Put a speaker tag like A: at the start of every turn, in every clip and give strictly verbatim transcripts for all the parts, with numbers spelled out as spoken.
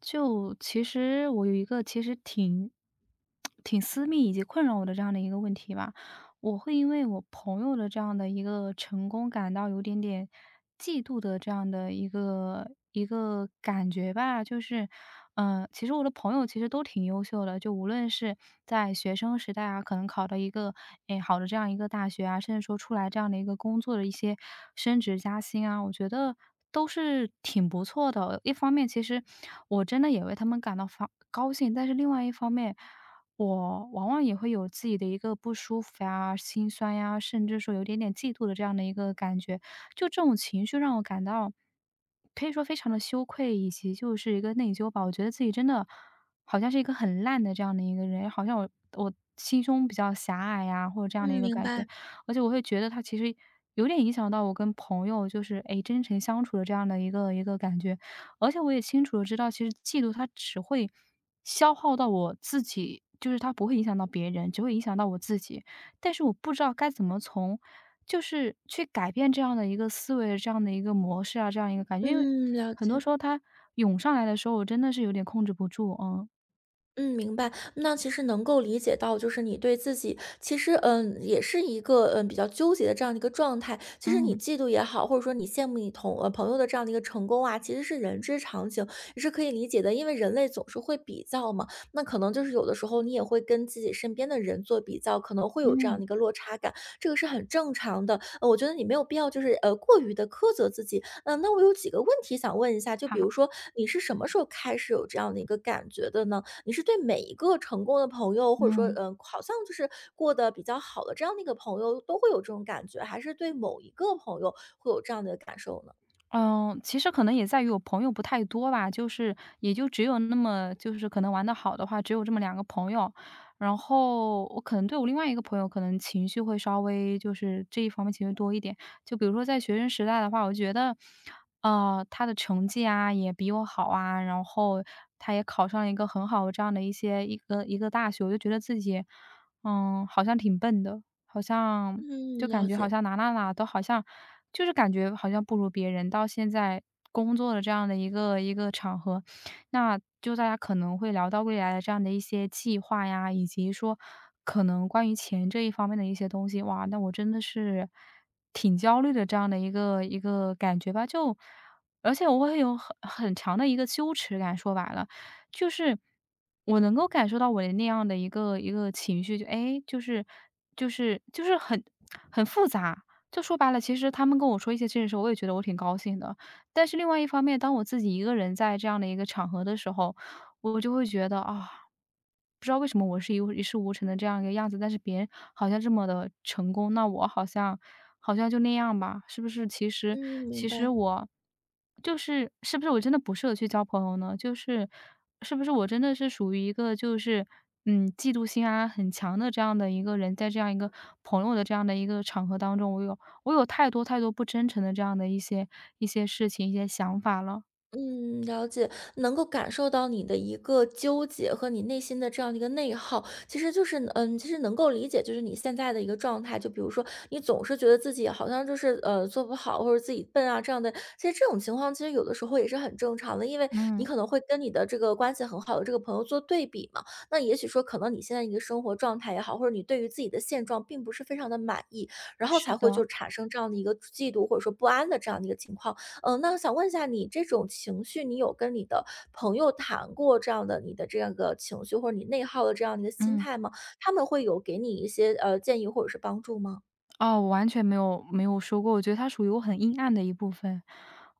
A: 就其实我有一个其实挺挺私密以及困扰我的这样的一个问题吧，我会因为我朋友的这样的一个成功感到有点点嫉妒的这样的一个一个感觉吧。就是，嗯，其实我的朋友其实都挺优秀的，就无论是在学生时代啊，可能考到一个诶好的这样一个大学啊，甚至说出来这样的一个工作的一些升职加薪啊，我觉得都是挺不错的。一方面，其实我真的也为他们感到发高兴，但是另外一方面。我往往也会有自己的一个不舒服呀、心酸呀，甚至说有点点嫉妒的这样的一个感觉。就这种情绪让我感到，可以说非常的羞愧，以及就是一个内疚吧。我觉得自己真的好像是一个很烂的这样的一个人，好像我我心胸比较狭隘呀，或者这样的一
B: 嗯，
A: 个
B: 明
A: 感觉。
B: 白。
A: 而且我会觉得他其实有点影响到我跟朋友就是诶真诚相处的这样的一个一个感觉。而且我也清楚的知道，其实嫉妒他只会消耗到我自己，就是它不会影响到别人，只会影响到我自己。但是我不知道该怎么从就是去改变这样的一个思维、这样的一个模式啊，这样一个感觉。因为
B: 嗯，了
A: 很多
B: 解。
A: 时候它涌上来的时候，我真的是有点控制不住，嗯。
B: 嗯，明白。那其实能够理解到，就是你对自己其实，嗯，也是一个嗯比较纠结的这样的一个状态。其实你
A: 嗯
B: 嫉妒也好，或者说你羡慕你同呃朋友的这样的一个成功啊，其实是人之常情，也是可以理解的。因为人类总是会比较嘛，那可能就是有的时候你也会跟自己身边的人做比较，可能会有这样
A: 嗯，
B: 的一个落差感，这个是很正常的。呃，我觉得你没有必要就是呃过于的苛责自己。嗯、那我有几个问题想问一下，就比
A: 好，
B: 如说你是什么时候开始有这样的一个感觉的呢？你是对每一个成功的朋友，或者说，
A: 嗯。
B: 嗯，好像就是过得比较好的这样的一个朋友，都会有这种感觉，还是对某一个朋友会有这样的感受呢？
A: 嗯，其实可能也在于我朋友不太多吧，就是也就只有那么就是可能玩得好的话，只有这么两个朋友。然后我可能对我另外一个朋友可能情绪会稍微就是这一方面情绪多一点。就比如说在学生时代的话，我觉得，啊，他的成绩啊也比我好啊，然后他也考上了一个很好的这样的一些一个一个大学，我就觉得自己，嗯，好像挺笨的，好像就
B: 嗯，
A: 感
B: 了
A: 觉好
B: 解，
A: 像哪哪哪都好像就是感觉好像不如别人。到现在工作的这样的一个一个场合，那就大家可能会聊到未来的这样的一些计划呀，以及说可能关于钱这一方面的一些东西。哇，那我真的是挺焦虑的这样的一个一个感觉吧，就而且我会有很很强的一个羞耻感，说白了。就是我能够感受到我的那样的一个一个情绪，就哎，就是就是就是很很复杂。就说白了，其实他们跟我说一些这些时候，我也觉得我挺高兴的。但是另外一方面，当我自己一个人在这样的一个场合的时候，我就会觉得啊，不知道为什么我是一一事无成的这样一个样子，但是别人好像这么的成功，那我好像好像就那样吧，是不是其实
B: 嗯，明
A: 其实
B: 白。
A: 我就是是不是我真的不适合去交朋友呢？就是是不是我真的是属于一个就是嗯，嫉妒心啊很强的这样的一个人，在这样一个朋友的这样的一个场合当中，我有我有太多太多不真诚的这样的一些一些事情、一些想法了。
B: 嗯，了解，能够感受到你的一个纠结和你内心的这样的一个内耗，其实就是，嗯，其实能够理解，就是你现在的一个状态。就比如说，你总是觉得自己好像就是呃做不好，或者自己笨啊这样的。其实这种情况，其实有的时候也是很正常的，因为你
A: 嗯，
B: 可能会跟你的这个关系很好的这个朋友做对比嘛。那也许说，可能你现在一个生活状态也好，或者你对于自己的现状并不是非常的满意，然后
A: 是
B: 才会
A: 的，
B: 就产生这样的一个嫉妒或者说不安的这样的一个情况。嗯，那想问一下你这种情绪，你有跟你的朋友谈过这样的你的这样一个情绪，或者你内耗的这样的一个心
A: 嗯。
B: 态吗？他们会有给你一些，呃，建议或者是帮助吗？
A: 哦，我完全没有没有说过，我觉得它属于我很阴暗的一部分。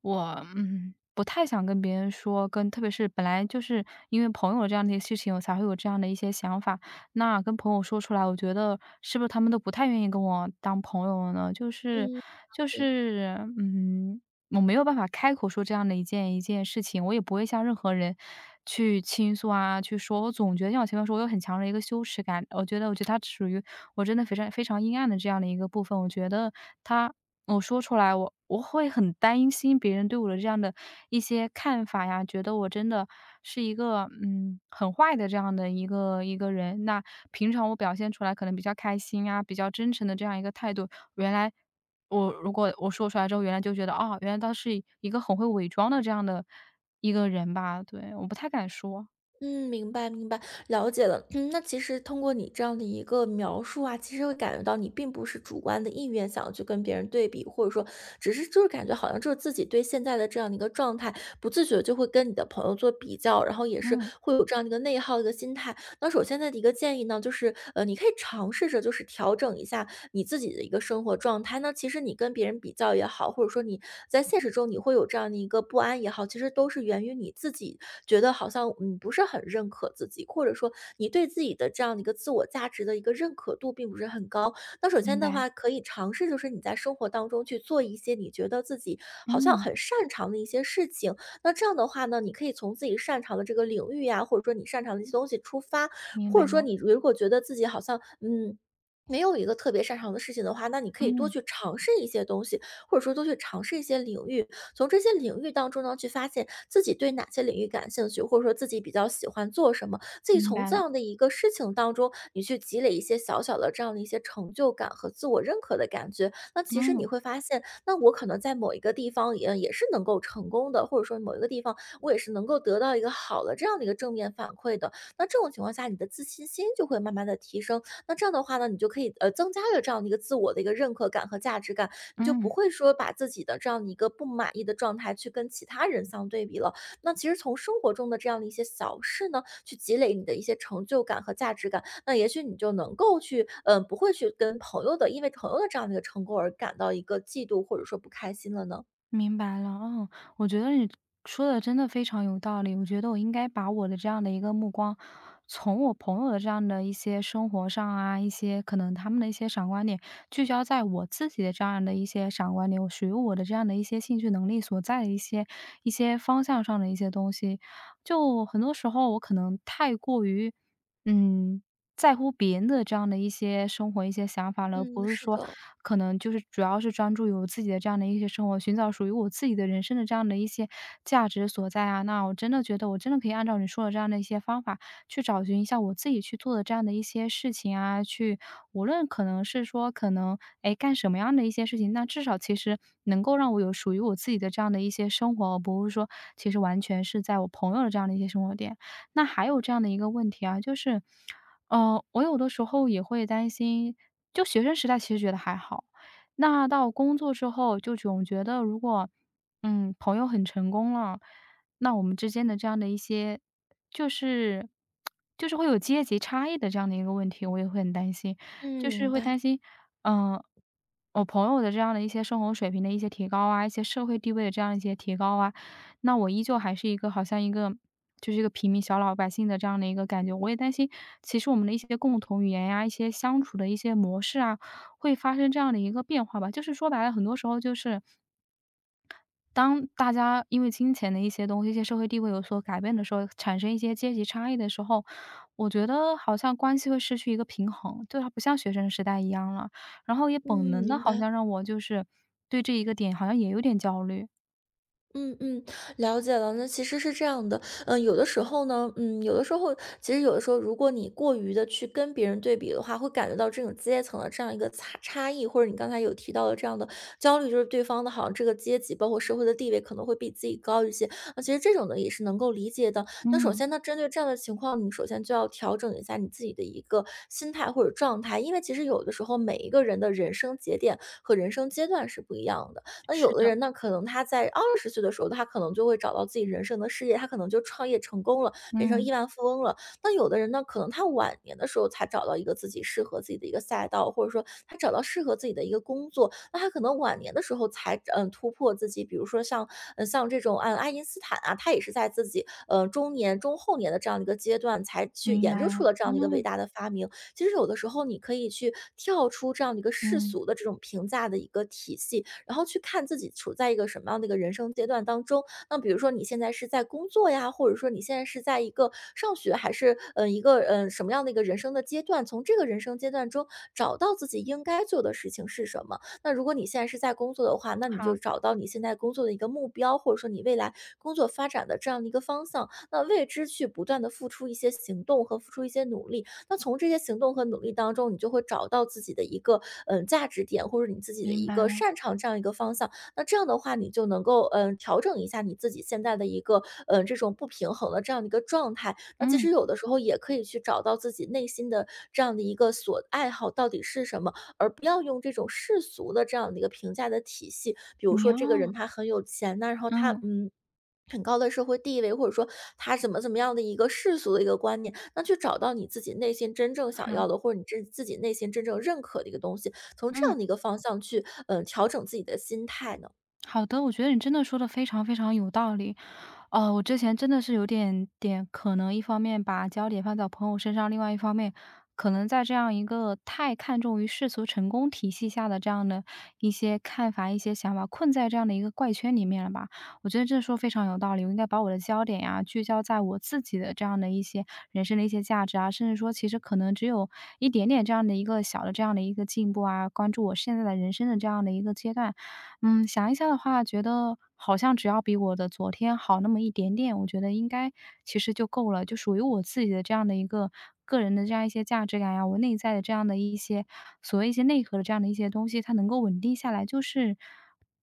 A: 我，嗯，不太想跟别人说，跟特别是本来就是因为朋友这样的一些事情，我才会有这样的一些想法。那跟朋友说出来，我觉得是不是他们都不太愿意跟我当朋友呢？就是
B: 嗯，了
A: 就
B: 解。
A: 是，嗯，我没有办法开口说这样的一件一件事情，我也不会向任何人去倾诉啊，去说。我总觉得像我前面说，我有很强的一个羞耻感，我觉得我觉得它属于我真的非常非常阴暗的这样的一个部分，我觉得他我说出来，我我会很担心别人对我的这样的一些看法呀，觉得我真的是一个嗯很坏的这样的一个一个人。那平常我表现出来可能比较开心啊，比较真诚的这样一个态度，原来我如果我说出来之后，原来就觉得哦，原来他是一个很会伪装的这样的一个人吧？对，我不太敢说。
B: 嗯，明白明白，了解了。嗯，那其实通过你这样的一个描述啊，其实会感觉到你并不是主观的意愿想要去跟别人对比，或者说只是就是感觉好像就是自己对现在的这样的一个状态，不自觉地就会跟你的朋友做比较，然后也是
A: 嗯，
B: 会有这样的一个内耗的一个心态。那首先的一个建议呢，就是呃，你可以尝试着就是调整一下你自己的一个生活状态。那其实你跟别人比较也好，或者说你在现实中你会有这样的一个不安也好，其实都是源于你自己觉得好像嗯不是很认可自己，或者说你对自己的这样的一个自我价值的一个认可度并不是很高。那首
A: 明
B: 先的
A: 白。
B: 话，可以尝试就是你在生活当中去做一些你觉得自己好像
A: 嗯，
B: 很擅长的一些事情。那这样的话呢，你可以从自己擅长的这个领域呀、或者说你擅长的一些东西出发，
A: 明
B: 或
A: 白
B: 者说
A: 了。
B: 你如果觉得自己好像，嗯，没有一个特别擅长的事情的话，那你可以多
A: 嗯，
B: 去尝试一些东西，或者说多去尝试一些领域，从这些领域当中呢，去发现自己对哪些领域感兴趣，或者说自己比较喜欢做什么，自己
A: 明
B: 从
A: 白
B: 这
A: 了。
B: 样的一个事情当中，你去积累一些小小的这样的一些成就感和自我认可的感觉。那其实
A: 嗯。
B: 你会发现，那我可能在某一个地方也也是能够成功的，或者说某一个地方我也是能够得到一个好的这样的一个正面反馈的。那这种情况下，你的自信心就会慢慢的提升。那这样的话呢，你就可以，呃，增加了这样的一个自我的一个认可感和价值感，你就不
A: 嗯，
B: 会说把自己的这样的一个不满意的状态去跟其他人相对比了。那其实从生活中的这样的一些小事呢，去积累你的一些成就感和价值感，那也许你就能够去，嗯，不会去跟朋友的因为朋友的这样的一个成功而感到一个嫉妒或者说不开心了呢？
A: 明白了。哦，我觉得你说的真的非常有道理。我觉得我应该把我的这样的一个目光，从我朋友的这样的一些生活上啊，一些可能他们的一些闪光点，聚焦在我自己的这样的一些闪光点，我属于我的这样的一些兴趣能力所在的一些一些方向上的一些东西。就很多时候我可能太过于，嗯。在乎别人的这样的一些生活、一些想法了，而
B: 嗯，
A: 不是
B: 是
A: 说
B: 的，
A: 可能就是主要是专注于我自己的这样的一些生活，寻找属于我自己的人生的这样的一些价值所在啊。那我真的觉得我真的可以按照你说的这样的一些方法，去找寻一下我自己去做的这样的一些事情啊，去无论可能是说可能哎干什么样的一些事情，那至少其实能够让我有属于我自己的这样的一些生活，而不是说其实完全是在我朋友的这样的一些生活点。那还有这样的一个问题啊，就是。呃，我有的时候也会担心，就学生时代其实觉得还好，那到工作之后就总觉得如果，嗯，朋友很成功了，那我们之间的这样的一些，就是就是会有阶级差异的这样的一个问题，我也会很担心，
B: 嗯，
A: 就是
B: 明
A: 会
B: 白，
A: 担心，嗯、我朋友的这样的一些生活水平的一些提高啊，一些社会地位的这样一些提高啊，那我依旧还是一个好像一个就是一个平民小老百姓的这样的一个感觉。我也担心，其实我们的一些共同语言呀，一些相处的一些模式啊，会发生这样的一个变化吧。就是说白了，很多时候就是当大家因为金钱的一些东西、一些社会地位有所改变的时候，产生一些阶级差异的时候，我觉得好像关系会失去一个平衡，就它不像学生时代一样了。然后也本
B: 嗯，
A: 能的
B: 明
A: 好
B: 白。
A: 像让我就是对这一个点好像也有点焦虑。
B: 嗯嗯，了解了。那其实是这样的，嗯，有的时候呢，嗯，有的时候，其实有的时候，如果你过于的去跟别人对比的话，会感觉到这种阶层的这样一个差差异，或者你刚才有提到的这样的焦虑，就是对方的好像这个阶级，包括社会的地位可能会比自己高一些。那其实这种呢也是能够理解的。那首
A: 嗯，
B: 先呢，针对这样的情况，你首先就要调整一下你自己的一个心态或者状态，因为其实有的时候每一个人的人生节点和人生阶段是不一样的。那
A: 是
B: 有的
A: 的，
B: 人呢，可能他在二十岁的时候，他可能就会找到自己人生的事业，他可能就创业成功了，变成亿
A: 嗯。
B: 万富翁了。那有的人呢，可能他晚年的时候才找到一个自己适合自己的一个赛道，或者说他找到适合自己的一个工作，那他可能晚年的时候才嗯突破自己。比如说像嗯像这种嗯爱因斯坦啊，他也是在自己呃中年中后年的这样的一个阶段，才去
A: 明
B: 研
A: 白
B: 究出
A: 了，
B: 了这样的一个伟
A: 哦，
B: 大的发明。其实有的时候你可以去跳出这样的一个世
A: 嗯，
B: 俗的这种评价的一个体系，然后去看自己处在一个什么样的一个人生阶段当中。那比如说你现在是在工作呀，或者说你现在是在一个上学，还是嗯一个嗯什么样的一个人生的阶段？从这个人生阶段中找到自己应该做的事情是什么？那如果你现在是在工作的话，那你
A: 好，
B: 就找到你现在工作的一个目标，或者说你未来工作发展的这样的一个方向。那为之去不断的付出一些行动和付出一些努力，那从这些行动和努力当中，你就会找到自己的一个嗯、呃价值点，或者你自己的
A: 明
B: 一
A: 白
B: 个
A: 了，
B: 擅长这样一个方向。那这样的话，你就能够嗯、呃调整一下你自己现在的一个嗯、呃这种不平衡的这样的一个状态。那其
A: 嗯，
B: 实有的时候也可以去找到自己内心的这样的一个所爱好到底是什么，而不要用这种世俗的这样的一个评价的体系，比如说
A: 明
B: 这个
A: 哦，
B: 人他很有钱呐，然后他
A: 嗯，
B: 嗯。很高的社会地位，或者说他怎么怎么样的一个世俗的一个观念，那去找到你自己内心真正想
A: 好，
B: 要的，或者你真自己内心真正认可的一个东西，从这
A: 嗯，
B: 样的一个方向去，嗯，调整自己的心态呢？
A: 好的，我觉得你真的说的非常非常有道理。呃，我之前真的是有点点可能一方面把焦点放在朋友身上，另外一方面可能在这样一个太看重于世俗成功体系下的这样的一些看法、一些想法，困在这样的一个怪圈里面了吧。我觉得这说非常有道理，我应该把我的焦点呀，聚焦在我自己的这样的一些人生的一些价值啊，甚至说其实可能只有一点点这样的一个小的这样的一个进步啊，关注我现在的人生的这样的一个阶段。嗯，想一下的话，觉得好像只要比我的昨天好那么一点点，我觉得应该其实就够了，就属于我自己的这样的一个个人的这样一些价值感呀，我内在的这样的一些所谓一些内核的这样的一些东西，它能够稳定下来，就是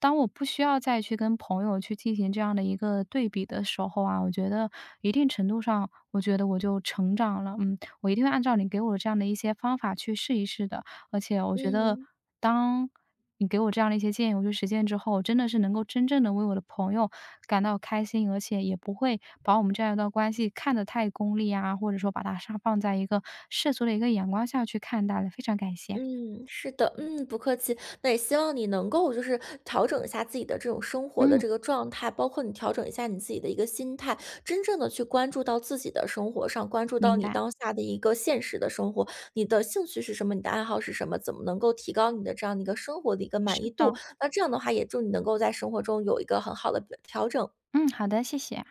A: 当我不需要再去跟朋友去进行这样的一个对比的时候啊，我觉得一定程度上，我觉得我就成长了。嗯，我一定会按照你给我的这样的一些方法去试一试的。而且我觉得，
B: 嗯。
A: 当你给我这样的一些建议，我去实践之后，真的是能够真正的为我的朋友感到开心，而且也不会把我们这样一段关系看得太功利啊，或者说把它上放在一个世俗的一个眼光下去看待了。非常感谢。
B: 嗯，是的，嗯，不客气。那也希望你能够就是调整一下自己的这种生活的
A: 嗯，
B: 这个状态，包括你调整一下你自己的一个心态，真正的去关注到自己的生活上，关注到
A: 明
B: 你
A: 白，
B: 当下的一个现实的生活，你的兴趣是什么，你的爱好是什么，怎么能够提高你的这样的一个生活的一个满
A: 是
B: 意
A: 的，
B: 度？那这样的话，也祝你能够在生活中有一个很好的表调整。
A: 嗯，好的，谢谢。